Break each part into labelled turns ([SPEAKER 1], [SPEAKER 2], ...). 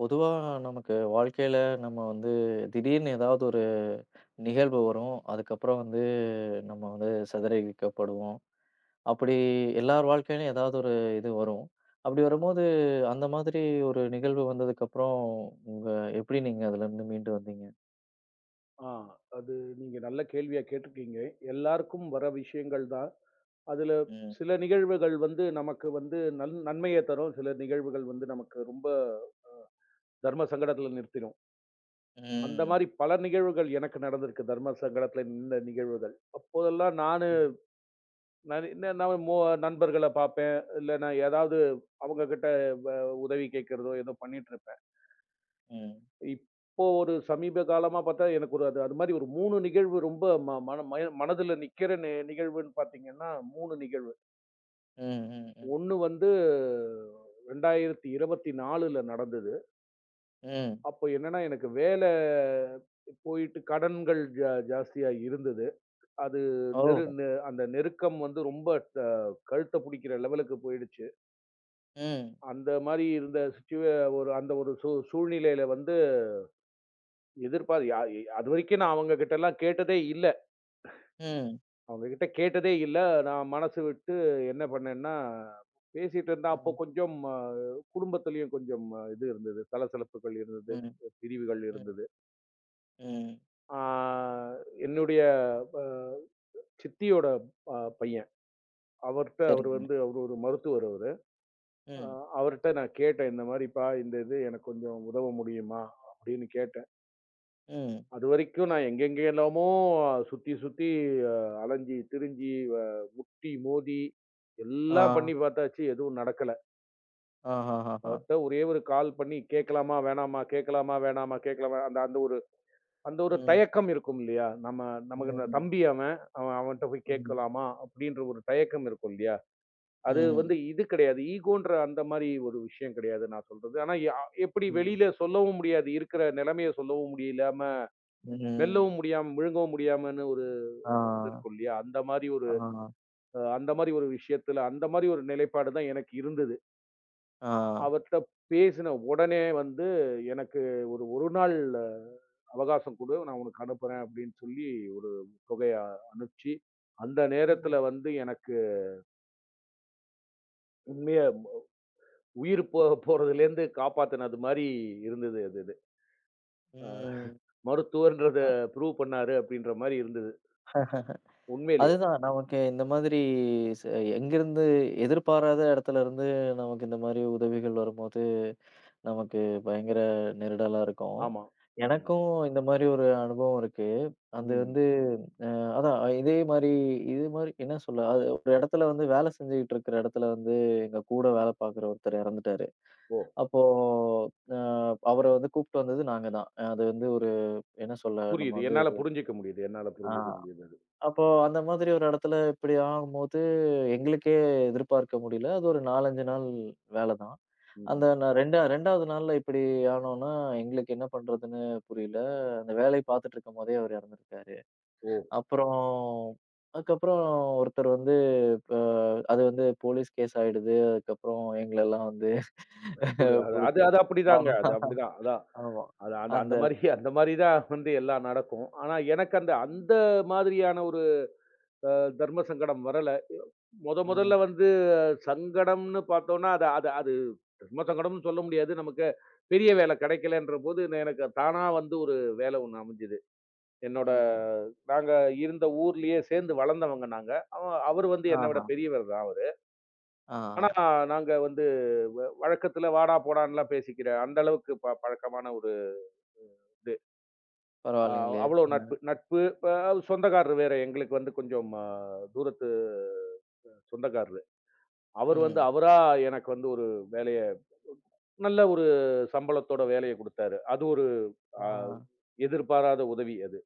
[SPEAKER 1] பொதுவா நமக்கு வாழ்க்கையில நம்ம வந்து திடீர்னு ஏதாவது ஒரு நிகழ்வு வரும். அதுக்கப்புறம் வந்து நம்ம வந்து சிதறடிக்கப்படுவோம். அப்படி எல்லார் வாழ்க்கையிலும் ஏதாவது ஒரு இது வரும். அப்படி வரும்போது அந்த மாதிரி ஒரு நிகழ்வு வந்ததுக்கப்புறம் உங்க எப்படி நீங்க அதுலருந்து மீண்டு வந்தீங்க?
[SPEAKER 2] ஆ. அது நீங்க நல்ல கேள்வியா கேட்டிருக்கீங்க. எல்லாருக்கும் வர விஷயங்கள் தான். அதுல
[SPEAKER 1] ம்.
[SPEAKER 2] சில நிகழ்வுகள் வந்து நமக்கு வந்து நன்மைய தரும். சில நிகழ்வுகள் வந்து நமக்கு ரொம்ப தர்ம சங்கடத்துல நிறுத்திடும். அந்த மாரி
[SPEAKER 1] ம்.
[SPEAKER 2] பல நிகழ்வுகள் எனக்கு நடந்திருக்கு. தர்ம சங்கடத்துல நின்ன நிகழ்வுகள். அப்போதெல்லாம்
[SPEAKER 1] ம்.
[SPEAKER 2] நான் என்ன நான் மோ நண்பர்கள பார்ப்பேன். இல்ல நான் ஏதாவது அவங்க கிட்ட வ உதவி கேட்கிறதோ ஏதோ பண்ணிட்டுருப்பேன்.
[SPEAKER 1] ம்.
[SPEAKER 2] இப்போ ஒரு சமீப காலமா பார்த்தா, எனக்கு ஒரு அது அது மாரி ஒரு 3 நிகழ்வு ரொம்ப ம மன மய மனதுல நிக்கிற நிகழ்வுன்னு பார்த்தீங்கன்னா, 3 நிகழ்வு.
[SPEAKER 1] ம். ம்.
[SPEAKER 2] ஒண்ணு வந்து 2024ல நடந்தது.
[SPEAKER 1] ம்.
[SPEAKER 2] அப்போ என்னன்னா, எனக்கு வேல போயிட்டு கடன்கள் ஜாஸ்தியா இருந்தது. அது
[SPEAKER 1] ஓ!
[SPEAKER 2] நெரு நெ அந்த நெருக்கம் வந்து ரொம்ப த கழுத்த பிடிக்கிற லெவலுக்கு போயிடுச்சு.
[SPEAKER 1] ம்.
[SPEAKER 2] அந்த மாரி இருந்த சிச்சுவே ஒரு அந்த ஒரு சூழ்நிலையில வந்து எதிர்பார் யா அதுவரைக்கும் நான் அவங்க கிட்டலாம் கேட்டதே இல்ல.
[SPEAKER 1] ம்.
[SPEAKER 2] அவங்ககிட்ட கேட்டதே இல்ல. நான் மனசு விட்டு என்ன பண்ணேன்னா, பேசிட்டு இருந்தேன்.
[SPEAKER 1] அ.
[SPEAKER 2] அப்போ கொஞ்சம் குடும்பத்திலயும் கொஞ்சம் இது இருந்தது. சலசலப்புகள் இருந்தது.
[SPEAKER 1] ம்.
[SPEAKER 2] பிரிவுகள்
[SPEAKER 1] ம்.
[SPEAKER 2] இருந்தது.
[SPEAKER 1] ம்.
[SPEAKER 2] ஆ என்னுடைய அ சித்தியோட பையன். அவர்ட்ட அவரு
[SPEAKER 1] சரிங்க.
[SPEAKER 2] வந்து அவரு ஒரு மருத்துவர் அவரு. அ
[SPEAKER 1] ம்.
[SPEAKER 2] அவர்ட்ட நான் கேட்டேன். இந்த மாரிப்பா, இந்த இது எனக்கு கொஞ்சம் உதவ முடியுமா? அப்படின்னு கேட்டேன்.
[SPEAKER 1] ம்.
[SPEAKER 2] அதுவரைக்கும் நான் எங்கெங்கேல்லாமோ சுத்தி சுத்தி அ அலைஞ்சு திரிஞ்சு முட்டி, மோதி
[SPEAKER 1] ஆ.
[SPEAKER 2] எல்லாம் பண்ணி பார்த்தாச்சு. எதுவும் நடக்கல.
[SPEAKER 1] ஆஹாஹாஹா.
[SPEAKER 2] அவர்ட்ட ஒரே ஒரு கால் பண்ணி கேட்கலாமா? வேணாமா? கேட்கலாமா? வேணாமா? கேட்கலாமா? அந்த அந்த ஒரு அந்த ஒரு
[SPEAKER 1] ம்.
[SPEAKER 2] தயக்கம் இருக்கும் இல்லையா? நம்ம நமக்கு இந்த
[SPEAKER 1] హ్మ్.
[SPEAKER 2] தம்பி அவன். அவன்ட்ட போய்
[SPEAKER 1] హ్మ్.
[SPEAKER 2] கேட்கலாமா? அப்படின்ற ஒரு தயக்கம் இருக்கும் இல்லையா? அது
[SPEAKER 1] హ్మ్.
[SPEAKER 2] வந்து இது கிடையாது. ஈகோன்ற அந்த மாரி ஒரு விஷயம் கிடையாது நான் சொல்றது. ஆனா எப்படி
[SPEAKER 1] హ్మ్.
[SPEAKER 2] வெளியில சொல்லவும் முடியாது. இருக்கிற நிலைமைய சொல்லவும் முடியலாம,
[SPEAKER 1] హ్మ్.
[SPEAKER 2] மெல்லவும் முடியாம, விழுங்கவும் முடியாமன்னு ஒரு
[SPEAKER 1] ஆ.
[SPEAKER 2] இது இருக்கும் இல்லையா? அந்த மாரி ஒரு
[SPEAKER 1] ஆ.
[SPEAKER 2] அந்த மாரி ஒரு விஷயத்துல, அந்த மாரி ஒரு நிலைப்பாடு தான் எனக்கு இருந்தது.
[SPEAKER 1] ஆ.
[SPEAKER 2] அவர்ட்ட பேசின உடனே வந்து, "எனக்கு 1 நாள் அவகாசம் குடு. நான் உனக்கு அனுப்புறேன்." அப்படின்னு சொல்லி ஒரு தொகைய அனுப்பிச்சு, அந்த
[SPEAKER 1] ம்.
[SPEAKER 2] நேரத்துல வந்து எனக்கு உண்மையா உயிர் போறதுலேருந்து காப்பாத்துனது மாரி இருந்தது அது இது. அ
[SPEAKER 1] ம்.
[SPEAKER 2] மருத்துவர்ன்றத
[SPEAKER 1] அ
[SPEAKER 2] ப்ரூவ் பண்ணாரு அப்படின்ற மாரி இருந்தது. உண்மையிலேயே.
[SPEAKER 1] அதுதான் நமக்கு இந்த மாதிரி ச எங்கேருந்து எதிர்பாராத இடத்துலருந்து நமக்கு இந்த மாரி உதவிகள் வரும்போது, நமக்கு பயங்கர நெருடலா இருக்கும்.
[SPEAKER 2] ஆமா. ஆமா.
[SPEAKER 1] எனக்கும் இந்த மாரி ஒரு அனுபவம் இருக்கு. அது
[SPEAKER 2] ம்.
[SPEAKER 1] வந்து அதான் இதே மாரி இது மாரி என்ன சொல்ல, அது ஒரு இடத்துல வந்து வேலை செஞ்சுகிட்டு இருக்கிற இடத்துல வந்து எங்க கூட வேலை பார்க்குற ஒருத்தர் இறந்துட்டாரு.
[SPEAKER 2] ஓ!
[SPEAKER 1] அப்போ அ அவர வந்து கூப்ட்டு வந்தது நாங்க தான். அது வந்து ஒரு என்ன சொல்ல நம்ம
[SPEAKER 2] புரியுது.
[SPEAKER 1] வந்து
[SPEAKER 2] என்னால
[SPEAKER 1] ஒரு
[SPEAKER 2] புரிஞ்சுக்க முடியுது. என்னால
[SPEAKER 1] ஆ
[SPEAKER 2] புரிஞ்சுக்க முடியுது அது.
[SPEAKER 1] அப்போ அந்த மாதிரி ஒரு இடத்துல இப்படி ஆகும்போது, எங்களுக்கே எதிர்பார்க்க முடியல. அது ஒரு 4, 5 நாள் வேல தான்.
[SPEAKER 2] ம்,
[SPEAKER 1] அந்த
[SPEAKER 2] ம்.
[SPEAKER 1] நான் ரெண்டா 2வது நாள்ல இப்படி ஆனோம்னா, எங்களுக்கு என்ன பண்றதுன்னு புரியல. அந்த வேலை பார்த்துட்டு இருக்கும்போதே அவர் இறந்துருக்காரு.
[SPEAKER 2] ஓ!
[SPEAKER 1] அப்புறம் அதுக்கப்புறம் ஒருத்தர் வந்து இப்ப அது வந்து போலீஸ் கேஸ் ஆயிடுது. அதுக்கப்புறம் எங்களெல்லாம் வந்து
[SPEAKER 2] புரி அது அது
[SPEAKER 1] புடிச்சு
[SPEAKER 2] அது அப்படிதாங்க. அது
[SPEAKER 1] ஆமா.
[SPEAKER 2] அப்படிதான். அதான்.
[SPEAKER 1] ஆமா.
[SPEAKER 2] அது அந்த
[SPEAKER 1] அந்த
[SPEAKER 2] அந்த மாதிரி அந்த மாதிரி தான் வந்து எல்லாம் நடக்கும். ஆனா எனக்கு அந்த அந்த மாதிரியான ஒரு அ தர்ம சங்கடம் வரல. மொதல்ல
[SPEAKER 1] ம்.
[SPEAKER 2] வந்து சங்கடம்னு பார்த்தோம்னா, அது அது அது தர்ம சங்கடம்னு சொல்ல முடியாது. நமக்கு பெரிய வேலை கிடைக்கலன்ற போது, நான் எனக்கு தானா வந்து ஒரு வேலை ஒண்ணு அமைஞ்சது. என்னோட
[SPEAKER 1] ம்.
[SPEAKER 2] நாங்க இருந்த ஊர்லயே சேர்ந்து வளர்ந்தவங்க நாங்க. அவ அவரு வந்து என்னை விட
[SPEAKER 1] ஆஹா.
[SPEAKER 2] பெரியவர் தான் அவரு.
[SPEAKER 1] ஆஹா.
[SPEAKER 2] ஆனா நாங்க வந்து வழக்கத்துல வாடா, போடான்னுலாம் பேசிக்கிற அந்த அளவுக்கு பழக்கமான ஒரு ஆ,
[SPEAKER 1] பரவாயில்லைங்களே!
[SPEAKER 2] அவ்வளோ
[SPEAKER 1] ஆ.
[SPEAKER 2] நட்பு. நட்பு சொந்தக்காரரு வேற. எங்களுக்கு வந்து கொஞ்சம் தூரத்து சொந்தக்காரரு. அவர் வந்து
[SPEAKER 1] ம்.
[SPEAKER 2] அவரா எனக்கு வந்து ஒரு வேலைய நல்ல ஒரு சம்பளத்தோட வேலைய குடுத்தாரு. அது ஒரு
[SPEAKER 1] ஆ.
[SPEAKER 2] அ எதிர்பாராத உதவி அது.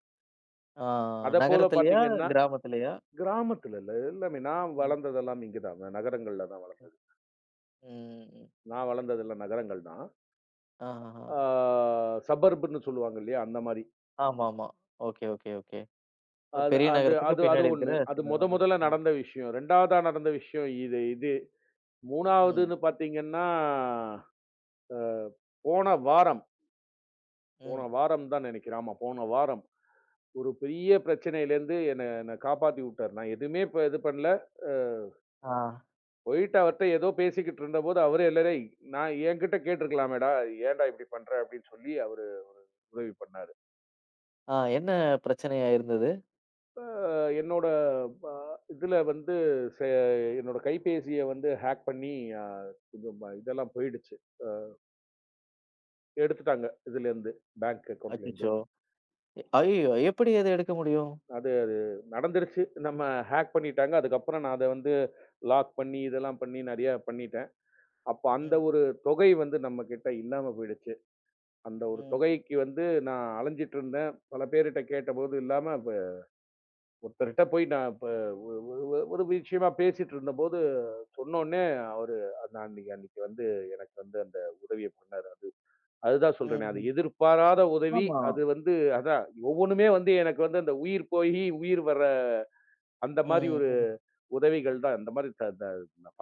[SPEAKER 1] ஆ
[SPEAKER 2] அதப்போல
[SPEAKER 1] நகரத்திலயா?
[SPEAKER 2] பாத்தீங்கன்னா,
[SPEAKER 1] கிராமத்திலயா?
[SPEAKER 2] கிராமத்துல இல்ல. எல்லாமே நான்
[SPEAKER 1] ம்.
[SPEAKER 2] வளர்ந்ததெல்லாம் இங்க தான். நகரங்கள்ல தான் வளர்ந்தது.
[SPEAKER 1] ம். ம்.
[SPEAKER 2] நான் வளர்ந்ததெல்லாம் நகரங்கள் தான். ஆ
[SPEAKER 1] ஆஹஹஹா.
[SPEAKER 2] சபர்புன்னு சொல்லுவாங்க இல்லையா? அந்த மாரி.
[SPEAKER 1] ஆமாமா. Okay, okay, okay. ஒரு
[SPEAKER 2] அது
[SPEAKER 1] பெரிய
[SPEAKER 2] அது
[SPEAKER 1] நகரத்துக்கு
[SPEAKER 2] அது அது
[SPEAKER 1] பின்னாடி
[SPEAKER 2] 1.
[SPEAKER 1] இருக்கிற
[SPEAKER 2] அது
[SPEAKER 1] சின்ன நகரம்.
[SPEAKER 2] மொதல்ல
[SPEAKER 1] ம்.
[SPEAKER 2] நடந்த விஷயம். 2வதா நடந்த விஷயம் இது.
[SPEAKER 1] ம்.
[SPEAKER 2] 3வதுன்னு பார்த்தீங்கன்னா, போன வாரம் போன
[SPEAKER 1] ம்.
[SPEAKER 2] வாரம் தான் நெனைக்கிறேன். ஆமா, போன வாரம். ஒரு பெரிய பிரச்சனையிலேருந்து என்ன என்ன காப்பாத்தி விட்டாரு. நான் எதுவுமே இப்ப இது பண்ணல. அ
[SPEAKER 1] ஆ.
[SPEAKER 2] போயிட்டு அவர்ட்ட ஏதோ பேசிக்கிட்டு இருந்தபோது, அவரே இல்ல டேய் நான் என்கிட்ட கேட்டுருக்கலாமேடா! ஏன்டா இப்படி பண்ற? அப்படின்னு சொல்லி அவரு உதவி பண்ணாரு.
[SPEAKER 1] என்ன பிரச்சனையா இருந்தது?
[SPEAKER 2] என்னோட ப இதுல வந்து செ என்னோட கைபேசிய வந்து ஹேக் பண்ணி அ கொஞ்சம் இதெல்லாம் போயிடுச்சு. எடுத்துட்டாங்க இதுலேருந்து, பேங்க் அக்கவுண்ட்லேருந்து.
[SPEAKER 1] அச்சச்சோ! ஐயய்யோ! எப்படி அத எடுக்க முடியும்?
[SPEAKER 2] அது அது நடந்துருச்சு. நம்ம ஹேக் பண்ணிட்டாங்க. அதுக்கப்புறம் நான் அத வந்து லாக் பண்ணி, இதெல்லாம் பண்ணி நெறைய பண்ணிட்டேன். அப்ப அந்த
[SPEAKER 1] ம்.
[SPEAKER 2] ஒரு தொகை வந்து நம்மகிட்ட இல்லாம போயிடுச்சு. அந்த ஒரு
[SPEAKER 1] ம்.
[SPEAKER 2] தொகைக்கு வந்து நான் அலைஞ்சிட்டு இருந்தேன். பல பேர்கிட்ட கேட்டபோது இல்லாம, இப்ப ஒருத்தர்ட்ட போய் நான் இப்ப ஒ ஒ ஒ ஒரு விஷயமா பேசிட்டு இருந்தபோது சொன்னோனே, அவரு நான் அன்னைக்கு அன்னைக்கு வந்து எனக்கு வந்து அந்த உதவிய பண்ணாரு. அதுதான் சொல்றேனே, அது
[SPEAKER 1] ம்.
[SPEAKER 2] எதிர்பாராத உதவி.
[SPEAKER 1] ஆமா.
[SPEAKER 2] அது வந்து அதான் ஒவ்வொன்னுமே வந்து எனக்கு வந்து அந்த உயிர் போயி, உயிர் வர அந்த மாதிரி
[SPEAKER 1] ம்.
[SPEAKER 2] ஒரு
[SPEAKER 1] ம்.
[SPEAKER 2] உதவிகள் தான். அந்த மாதிரி த த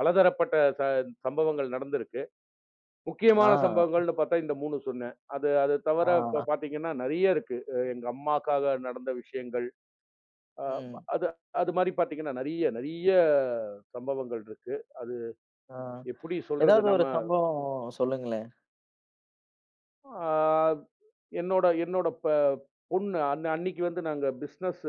[SPEAKER 2] பலதரப்பட்ட சம்பவங்கள் நடந்திருக்கு. முக்கியமான
[SPEAKER 1] ஆ.
[SPEAKER 2] சம்பவங்கள்னு பார்த்தா இந்த 3 சொன்னேன். அது அது தவிர இப்ப
[SPEAKER 1] ஆ.
[SPEAKER 2] பார்த்தீங்கன்னா, நெறைய இருக்கு. எங்க அம்மாக்காக நடந்த விஷயங்கள். அ
[SPEAKER 1] ம்.
[SPEAKER 2] அது அது மாரி பார்த்தீங்கன்னா, நெறைய நெறைய சம்பவங்கள் இருக்கு. அது
[SPEAKER 1] ஆ.
[SPEAKER 2] எப்படி சொல்றது?
[SPEAKER 1] ஏதாவது
[SPEAKER 2] நம்ம
[SPEAKER 1] ஒரு சம்பவம் சொல்லுங்களேன்.
[SPEAKER 2] ஆ என்னோட என்னோட பொண்ணு அன்னைக்கு வந்து நாங்க பிசினஸ்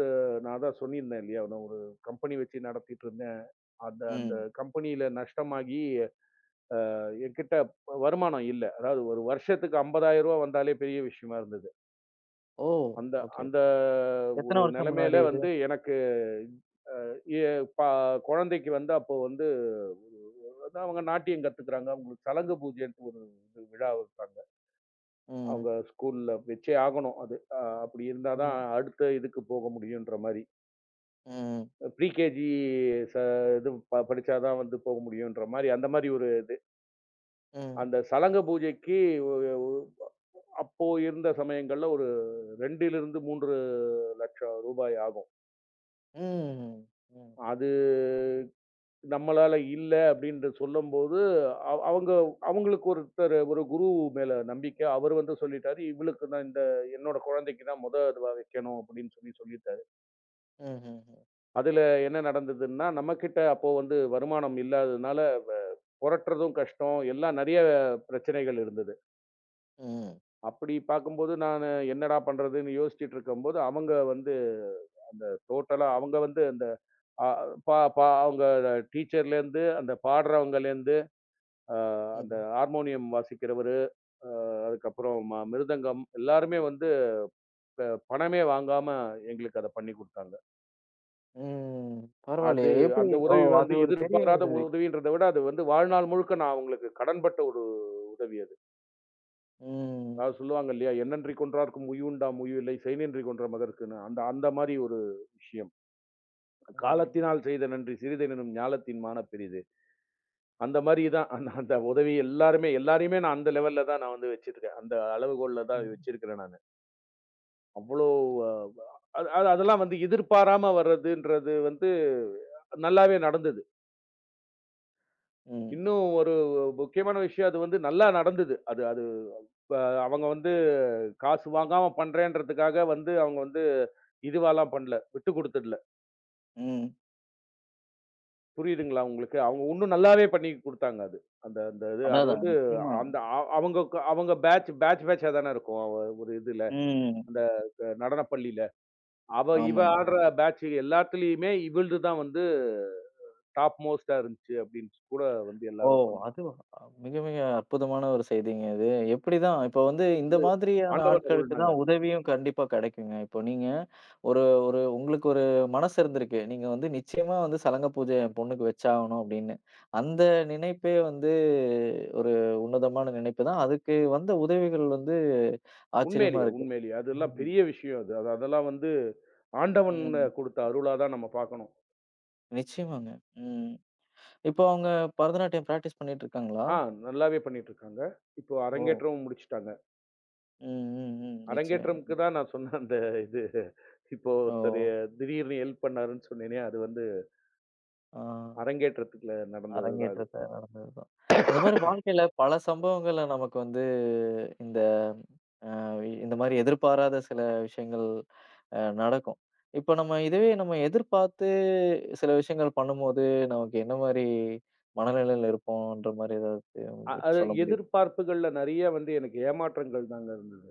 [SPEAKER 2] நான் அதான் சொல்லியிருந்தேன் இல்லையா? நான் ஒரு கம்பெனி வச்சு நடத்திட்டு இருந்தேன். அந்த அந்த
[SPEAKER 1] ம்.
[SPEAKER 2] கம்பெனியில நஷ்டமாகி என்கிட்ட வருமானம் இல்ல. அதாவது ஒரு வருஷத்துக்கு ரூ. 50,000 வந்தாலே பெரிய விஷயமா இருந்தது.
[SPEAKER 1] ஓ!
[SPEAKER 2] அந்த
[SPEAKER 1] ஓகே,
[SPEAKER 2] அந்த
[SPEAKER 1] ஓகே.
[SPEAKER 2] ஒரு
[SPEAKER 1] எத்தன வருஷம் முன்னாடி
[SPEAKER 2] நிலைமையில
[SPEAKER 1] இது?
[SPEAKER 2] வந்து எனக்கு எ ப குழந்தைக்கு வந்து அப்போ வந்து அதான் அவங்க நாட்டியம் கத்துக்கிறாங்க. அவங்களுக்கு சலங்க பூஜைன்ட்டு ஒரு இது விழா வைப்பாங்க.
[SPEAKER 1] ம்.
[SPEAKER 2] அவங்க ஸ்கூல்ல வச்சே ஆகணும் அது. அப்படி இருந்தா தான்
[SPEAKER 1] ம்.
[SPEAKER 2] அடுத்த இதுக்கு போக முடியுன்ற மாரி.
[SPEAKER 1] ம்.
[SPEAKER 2] ப்ரீகேஜி ச இது ப படிச்சா தான் வந்து போக முடியுன்ற மாரி, அந்த மாரி ஒரு இது.
[SPEAKER 1] ம்.
[SPEAKER 2] அந்த சலங்க பூஜைக்கு ஒ ஒ அப்போ இருந்த சமயங்கள்ல ஒரு 2லிருந்து 3 லட்சம் ரூபாய் ஆகும்.
[SPEAKER 1] ம். ம்.
[SPEAKER 2] அது நம்மளால இல்ல அப்டின்ட்டு சொல்லும்போது, அவங்க அவங்களுக்கு ஒருத்தர் ஒரு குரு மேல நம்பிக்கை. அவரு வந்து சொல்லிட்டாரு, "இவளுக்கு தான் இந்த என்னோட குழந்தைக்கு தான் மொத இதுவா வைக்கணும்." அப்டின்னு சொல்லி சொல்லிட்டாரு.
[SPEAKER 1] ம்ஹ்ஹ்ம்.
[SPEAKER 2] அதுல என்ன நடந்ததுன்னா, நம்மகிட்ட அப்போ வந்து வருமானம் இல்லாததுனால, வ புரட்டுறதும் கஷ்டம். எல்லாம் நெறைய பிரச்சனைகள் இருந்தது.
[SPEAKER 1] ம்.
[SPEAKER 2] அப்டி பார்க்கும்போது, நானு என்னடா பண்றதுன்னு யோசிச்சுட்டு இருக்கும்போது, அவங்க வந்து அந்த டோட்டலா அவங்க வந்து அந்த அ பா பா அவங்க டீச்சர்லேருந்து, அந்த பாடுறவங்கலேருந்து, அ அந்த
[SPEAKER 1] ம்.
[SPEAKER 2] ஹார்மோனியம் வாசிக்கிறவரு, அ அதுக்கப்புறம் மிருதங்கம் எல்லாருமே வந்து ப பணமே வாங்காம எங்களுக்கு அத பண்ணி குடுத்தாங்க.
[SPEAKER 1] ம்.
[SPEAKER 2] அது
[SPEAKER 1] பரவாயில்லையே! எப்படி?
[SPEAKER 2] அந்த
[SPEAKER 1] ஓ!
[SPEAKER 2] உதவி வந்து
[SPEAKER 1] அது ஒரு பெரிய
[SPEAKER 2] எதிர்பாராத
[SPEAKER 1] உதவி.
[SPEAKER 2] உதவின்றத விட, அது வந்து வாழ்நாள் முழுக்க நான் அவங்களுக்கு கடன்பட்ட ஒரு உதவி அது.
[SPEAKER 1] ம்.
[SPEAKER 2] அதாவது சொல்லுவாங்க இல்லையா? "எண்ணன்றி கொன்றார்க்கும் உய்வுண்டாம் உய்வில்லை, செய்நின்றி கொன்ற மதற்குன்னு." அந்த அந்த மாரி ஒரு விஷயம்.
[SPEAKER 1] ம்.
[SPEAKER 2] "காலத்தினால் செய்த நன்றி சிறிதெனினும் ஞாலத்தின் மாணப் பெரிது." அந்த மாரி தான். அந்த அந்த உதவி எல்லாருமே எல்லாரையுமே நான் அந்த லெவல்ல தான் நான் வந்து வச்சிருக்கேன். அந்த அளவுகோல்ல தான்
[SPEAKER 1] ம்.
[SPEAKER 2] வச்சிருக்கிறேன் நானு. அவ்ளோ அது அது அதெல்லாம் வந்து எதிர்பாராம வர்றதுன்றது வந்து நல்லாவே நடந்தது.
[SPEAKER 1] ம்.
[SPEAKER 2] இன்னும் ஒரு முக்கியமான விஷயம் அது வந்து நல்லா நடந்தது. அது அது இப்ப அவங்க வந்து காசு வாங்காம பண்றேன்றதுக்காக வந்து அவங்க வந்து இதுவாலாம் பண்ணல. விட்டு குடுத்துடல.
[SPEAKER 1] ம்.
[SPEAKER 2] புரியுதுங்களா உங்களுக்கு? அவங்க இன்னும் நல்லாவே பண்ணி குடுத்தாங்க அது. அந்த அந்த இது
[SPEAKER 1] அதான்,
[SPEAKER 2] அது
[SPEAKER 1] அதான்.
[SPEAKER 2] வந்து
[SPEAKER 1] நிச்சயமா.
[SPEAKER 2] அந்த அவங்க அவங்க பேட்ச் பேட்ச் பேட்ச்சா தானே இருக்கும். அவ- ஒரு இதுல. அந்த
[SPEAKER 1] ம்.
[SPEAKER 2] நடனப்பள்ளியில. இவ
[SPEAKER 1] ஆமாங்க.
[SPEAKER 2] ஆடுற பேட்ச் எல்லாத்துலயுமே இவள்து தான் வந்து டாப் மோஸ்ட்டா இருந்துச்சு அப்படின்னு கூட வந்து
[SPEAKER 1] ஓ!
[SPEAKER 2] எல்லாரும் சொன்னாங்க.
[SPEAKER 1] அதுவா? மிக, மிக அற்புதமான ஒரு செய்திங்க இது. எப்படிதான் இப்ப வந்து இந்த
[SPEAKER 2] அது
[SPEAKER 1] மாதிரியான
[SPEAKER 2] ஆண்டவன்
[SPEAKER 1] ஆட்களுக்கு
[SPEAKER 2] அருள்னாங்க.
[SPEAKER 1] தான் உதவியும் கண்டிப்பா கெடைக்குங்க. இப்போ நீங்க ஒரு ஒரு உங்களுக்கு ஒரு மனசு இருந்திருக்கு. நீங்க வந்து நிச்சயமா வந்து சலங்க பூஜை என் பொண்ணுக்கு வச்சாகணும் அப்படின்னு. அந்த நினைப்பே வந்து ஒரு உன்னதமான நினைப்பு தான். அதுக்கு வந்த உதவிகள் வந்து ஆச்சரியமா
[SPEAKER 2] உண்மையிலேயே,
[SPEAKER 1] இருக்கு.
[SPEAKER 2] உண்மையிலேயே. அதெல்லாம்
[SPEAKER 1] ம்.
[SPEAKER 2] பெரிய விஷயம் அது. அதெல்லாம் வந்து ஆண்டவன்
[SPEAKER 1] ம்.
[SPEAKER 2] குடுத்த அருளா தான் நம்ம பார்க்கணும்.
[SPEAKER 1] நிச்சயமாங்க. ம். இப்போ அவங்க பரதநாட்டியம் பிராக்டிஸ் பண்ணிட்டு இருக்காங்களா?
[SPEAKER 2] ஆ நல்லாவே பண்ணிட்டு இருக்காங்க. இப்போ
[SPEAKER 1] ஓ!
[SPEAKER 2] அரங்கேற்றமும் முடிச்சுட்டாங்க.
[SPEAKER 1] ம், ம், ம். நிச்சயம்.
[SPEAKER 2] அரங்கேற்றம்க்கு தான் நான் சொன்ன அந்த இது இப்போ
[SPEAKER 1] ஓ!
[SPEAKER 2] ஒருத்தரு திடீர்னு ஹெல்ப் பண்ணாருன்னு சொன்னேனே, அது வந்து
[SPEAKER 1] ஆ
[SPEAKER 2] அரங்கேற்றத்துக்குள்ள நடந்தது தான் அது.
[SPEAKER 1] அரங்கேற்றத்த நடந்தது தான். இந்த மாரி வாழ்க்கையில பல சம்பவங்கள நமக்கு வந்து இந்த இந்த மாதிரி எதிர்பாராத சில விஷயங்கள் நடக்கும். இப்ப நம்ம இதுவே நம்ம எதிர்பார்த்து சில விஷயங்கள் பண்ணும்போது, நமக்கு என்ன மாரி மனநிலையில இருப்போம்ன்ற மாரி ஏதாவது உங்ககிட்ட
[SPEAKER 2] அது
[SPEAKER 1] சொல்ல முடியுமா?
[SPEAKER 2] எதிர்பார்ப்புகள்ல நெறைய வந்து எனக்கு ஏமாற்றங்கள் தாங்க இருந்தது.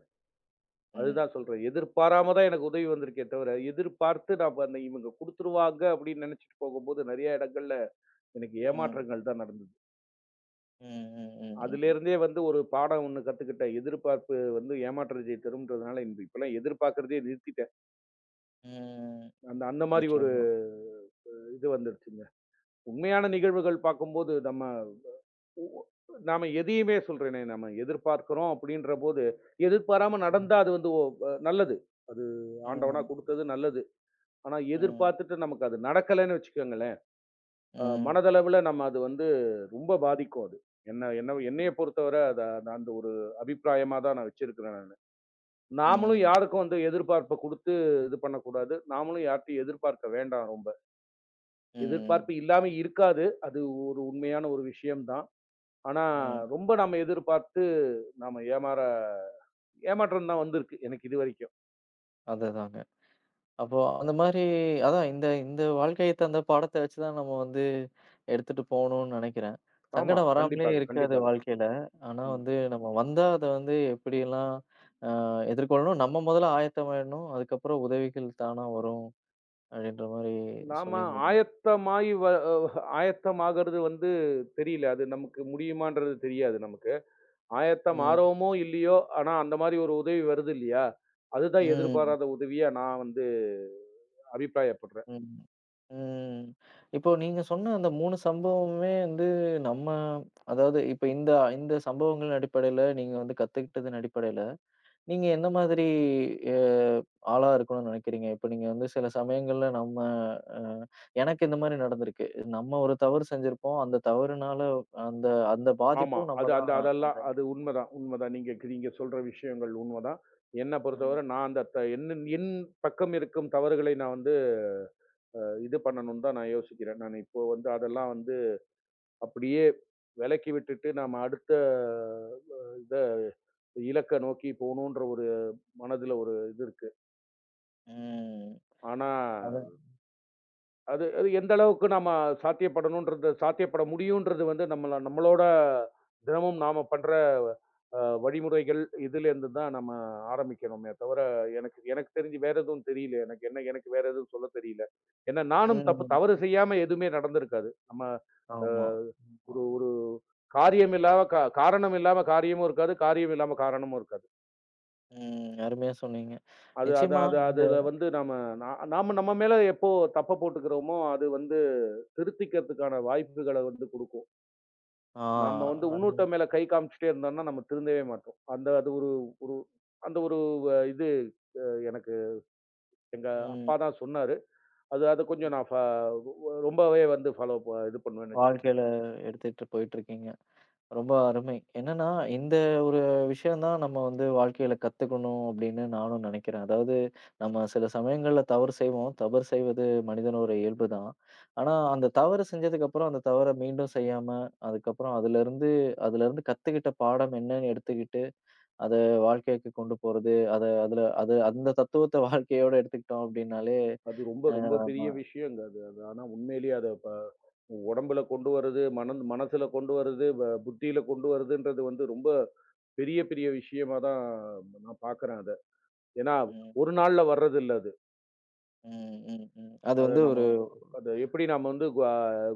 [SPEAKER 1] ம்,
[SPEAKER 2] அதுதான் சொல்றேன். எதிர்பாராம தான் எனக்கு உதவி வந்திருக்கே தவிர, எதிர்பார்த்து நான் அந்த இவங்க குடுத்துருவாங்க அப்படின்னு நெனச்சுட்டு போகும்போது, நெறைய இடங்கள்ல எனக்கு
[SPEAKER 1] ம்,
[SPEAKER 2] ஏமாற்றங்கள் தான் நடந்தது.
[SPEAKER 1] ம், ம், ம், ம், ம்.
[SPEAKER 2] அதுலேருந்தே வந்து ஒரு பாடம் ஒண்ணு கத்துக்கிட்டேன். எதிர்பார்ப்பு வந்து ஏமாற்றத்தை தரும்ன்றதுனால, இப்பலாம் எதிர்பார்க்கிறதையே நிறுத்திட்டேன்.
[SPEAKER 1] ம்.
[SPEAKER 2] அந்த அந்த மாரி ஒரு
[SPEAKER 1] நிச்சயமா.
[SPEAKER 2] இது வந்துருச்சுங்க. உண்மையான நிகழ்வுகள் பார்க்கும்போது, நம்ம ஒ நாம எதையுமே சொல்றேனே, நம்ம எதிர்பார்க்கிறோம் அப்படின்ற போது, எதிர்பாராம
[SPEAKER 1] ம்,
[SPEAKER 2] நடந்தா அது வந்து நல்லது. அது ஆண்டவனா
[SPEAKER 1] ம்,
[SPEAKER 2] குடுத்தது நல்லது. ஆனா
[SPEAKER 1] ம்,
[SPEAKER 2] எதிர்பார்த்துட்டு நமக்கு அது நடக்கலைன்னு வச்சுக்கோங்களேன்,
[SPEAKER 1] ம்,
[SPEAKER 2] மனதளவுல நம்ம அது வந்து ரொம்ப பாதிக்கும் அது. என்ன என்ன என்னைய பொறுத்தவர அத நான் அந்த ஒரு அபிப்பிராயமா தான் நான் வச்சிருக்கிறேன் நானு. நாமளும்
[SPEAKER 1] ம், ம்,
[SPEAKER 2] யாருக்கும் வந்து எதிர்பார்ப்ப குடுத்து இது பண்ணக்கூடாது. நாமளும் யார்ட்டயும் எதிர்பார்க்க வேண்டாம் ரொம்ப. எதிர்பார்ப்பு
[SPEAKER 1] ம்,
[SPEAKER 2] இல்லாம இருக்காது. அது ஒரு உண்மையான ஒரு விஷயம் தான். ஆனா
[SPEAKER 1] ம்.
[SPEAKER 2] ரொம்ப நாம எதிர்பார்த்து நாம ஏமாற்றம் தான் வந்திருக்கு எனக்கு இதுவரைக்கும்.
[SPEAKER 1] அதுதாங்க. அப்போ அந்த மாரி அதான் இந்த இந்த வாழ்க்கைக்கு தந்த பாடத்த வச்சு தான் நம்ம வந்து எடுத்துட்டு போணும்னு நெனைக்கிறேன்.
[SPEAKER 2] ஆமா.
[SPEAKER 1] சங்கடம் வராமலே
[SPEAKER 2] கண்டிப்பாக,
[SPEAKER 1] இருக்காது
[SPEAKER 2] கண்டிப்பாக.
[SPEAKER 1] வாழ்க்கையில. ஆனா
[SPEAKER 2] ம்.
[SPEAKER 1] வந்து நம்ம வந்தா அத வந்து எப்படியெல்லாம் அ எதிர்கொள்ளணும், நம்ம முதல்ல ஆயத்தமாயிடணும். அதுக்கப்புறம் உதவிகள் தானா வரும் அப்படின்ற மாரி
[SPEAKER 2] நாம
[SPEAKER 1] சொல்லியிருந்தீங்க.
[SPEAKER 2] ஆயத்தமாயி வ ஆயத்தமாகறது வந்து தெரியல. அது நமக்கு முடியுமான்றது தெரியாது நமக்கு. ஆயத்தம்
[SPEAKER 1] ம்,
[SPEAKER 2] ஆறோமோ! இல்லையோ! ஆனா, அந்த மாரி ஒரு உதவி வருது இல்லையா? அதுதான்
[SPEAKER 1] ம்,
[SPEAKER 2] எதிர்பாராத உதவியா நான் வந்து அபிப்பிராயப்படுறேன்.
[SPEAKER 1] ம், ம். இப்போ நீங்க சொன்ன அந்த 3 சம்பவமுமே வந்து நம்ம அதாவது இப்ப இந்த இந்த சம்பவங்களின் அடிப்படையில நீங்க வந்து கத்துக்கிட்டதன் அடிப்படையில நீங்க எந்த மாதிரி அ ஆளா இருக்கணும்னு நினைக்கிறீங்க? இப்ப நீங்க வந்து சில சமயங்கள்ல நம்ம அ எனக்கு இந்த மாரி நடந்திருக்கு. நம்ம ஒரு தவறு செஞ்சிருப்போம். அந்த தவறுனால அந்த அந்த
[SPEAKER 2] ஆமா.
[SPEAKER 1] பாதிப்பும் நம்ம
[SPEAKER 2] அது அந்த
[SPEAKER 1] தான்
[SPEAKER 2] அதெல்லாம்
[SPEAKER 1] அந்த
[SPEAKER 2] அது உண்மதான், உண்மதான். நீங்க நீங்க சொல்ற விஷயங்கள் உண்மதான். என்ன
[SPEAKER 1] ம்,
[SPEAKER 2] பொறுத்தவரை நான் அந்த த என் என் பக்கம் இருக்கும் தவறுகளை நான் வந்து அ இது பண்ணணும்னு தான் நான் யோசிக்கிறேன். நான் இப்போ வந்து அதெல்லாம் வந்து அப்படியே விலக்கி விட்டுட்டு நாம அடுத்த அ இத இலக்கை நோக்கி போகணுன்ற ஒரு மனதுல ஒரு இது இருக்கு.
[SPEAKER 1] ம்.
[SPEAKER 2] ஆனா,
[SPEAKER 1] அதான்.
[SPEAKER 2] அது அது எந்த அளவுக்கு நம்ம சாத்தியப்படணுன்றது சாத்தியப்பட முடியுன்றது வந்து நம்மள நம்மளோட தினமும் நாம பண்ற வழிமுறைகள் இதிலேருந்து தான் நம்ம ஆரம்பிக்கணுமே தவிர, எனக்கு எனக்கு தெரிஞ்சு வேற எதுவும் தெரியல. எனக்கு என்ன எனக்கு வேற எதுவும் சொல்ல தெரியல. ஏன்னா நானும் தப்பு
[SPEAKER 1] ம்.
[SPEAKER 2] தவறு செய்யாம எதுவுமே நடந்திருக்காது. நம்ம
[SPEAKER 1] ஆமா. ஆமா.
[SPEAKER 2] ஒரு ஒரு காரியம் இல்லாம காரணம் இல்லாம காரியமும் இருக்காது. காரியம் இல்லாம காரணமும் இருக்காது.
[SPEAKER 1] ம். அருமையா சொன்னீங்க.
[SPEAKER 2] அது அது
[SPEAKER 1] நிச்சயமா
[SPEAKER 2] அது
[SPEAKER 1] இந்த
[SPEAKER 2] அதுல வந்து நாம நா நாம நம்ம மேல எப்போ தப்ப போட்டுக்கிறோமோ, அது வந்து திருத்திக்கிறதுக்கான வாய்ப்புகள வந்து குடுக்கும்.
[SPEAKER 1] ஆ
[SPEAKER 2] நாம வந்து
[SPEAKER 1] அது
[SPEAKER 2] இன்னொருத்தன் மேல கை காமிச்சுட்டே இருந்தோம்னா, நம்ம திருந்தவே மாட்டோம். அந்த அது ஒரு ஒரு அந்த ஒரு அ இது எனக்கு எங்க
[SPEAKER 1] ம்,
[SPEAKER 2] அப்பா தான் சொன்னாரு. அது அத
[SPEAKER 1] ம்.
[SPEAKER 2] கொஞ்சம் நான் ரொம்பவே வந்து ஃபாலோ இது பண்ணுவேன்னு
[SPEAKER 1] வாழ்க்கையில
[SPEAKER 2] வச்சுக்கோங்களேன்.
[SPEAKER 1] எடுத்துட்டு போயிட்டுருக்கீங்க. ரொம்ப அருமை. என்னன்னா, இந்த ஒரு விஷயம் தான் நம்ம வந்து வாழ்க்கையில கத்துக்கணும் அப்படின்னு நானும் நினைக்கிறேன். அதாவது நம்ம சில சமயங்கள்ல தவறு செய்வோம். தவறு செய்வது மனிதனோட இயல்பு தான். ஆனா, அந்த தவறு செஞ்சதுக்கப்புறம் அந்த தவற மீண்டும் செய்யாம, அதுக்கப்புறம் அதுலருந்து அதுலருந்து கத்துக்கிட்ட பாடம் என்னன்னு எடுத்துக்கிட்டு, அத வாழ்க்கைக்கு கொண்டு போறது, அத அதுல அது அந்த தத்துவத்த வாழ்க்கையோட எடுத்துக்கிட்டோம் அப்படின்னாலே
[SPEAKER 2] அது ரொம்ப ரொம்ப பெரிய விஷயங்க அது. அது ஆனா உண்மையிலேயே அத உடம்புல கொண்டு வர்றது, மனசுல கொண்டு வர்றது, புத்தியில கொண்டு வருதுன்றது வந்து ரொம்ப பெரிய பெரிய விஷயமா தான் நான் பார்க்குறேன் அத. ஏன்னா,
[SPEAKER 1] ம்,
[SPEAKER 2] ஒரு நாள்ல வர்றதில்ல அது.
[SPEAKER 1] ம், ம், ம். அது
[SPEAKER 2] அத
[SPEAKER 1] வந்து
[SPEAKER 2] நம்ம
[SPEAKER 1] ஒரு
[SPEAKER 2] அது எப்படி நம்ம வந்து கு அ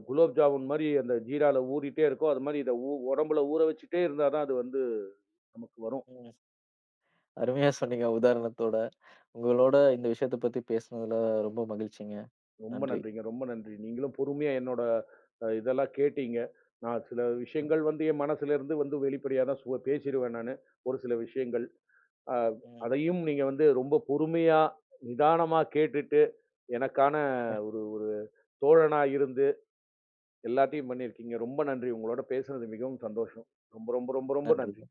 [SPEAKER 2] குலோப் ஜாமுன் மாரி அந்த ஜீரால ஊறிட்டே இருக்கோ, அது மாரி இத உடம்புல ஊற வச்சுட்டே இருந்தா தான் அது வந்து நமக்கு வரும்.
[SPEAKER 1] ம். அருமையா சொன்னீங்க உதாரணத்தோட. உங்களோட இந்த விஷயத்த பத்தி பேசுனதுல ரொம்ப மகிழ்ச்சிங்க.
[SPEAKER 2] ரொம்ப
[SPEAKER 1] நன்றி.
[SPEAKER 2] நன்றிங்க, ரொம்ப நன்றி. நீங்களும் பொறுமையா என்னோட இதெல்லாம் கேட்டீங்க. நான் சில விஷயங்கள் வந்து என் மனசுலேருந்து வந்து வெளிப்படையா தான் பேசிருவேன் நானு. ஒரு சில விஷயங்கள். அ
[SPEAKER 1] ம்.
[SPEAKER 2] அதையும் நீங்க வந்து ரொம்ப பொறுமையா, நிதானமா கேட்டுட்டு, எனக்கான ஒரு ஒரு தோழனா இருந்து எல்லாத்தையும் பண்ணியிருக்கீங்க. ரொம்ப நன்றி. உங்களோட பேசுனது மிகவும் சந்தோஷம். ரொம்ப, ரொம்ப, ரொம்ப, ரொம்ப
[SPEAKER 1] நன்றி.
[SPEAKER 2] நன்றி.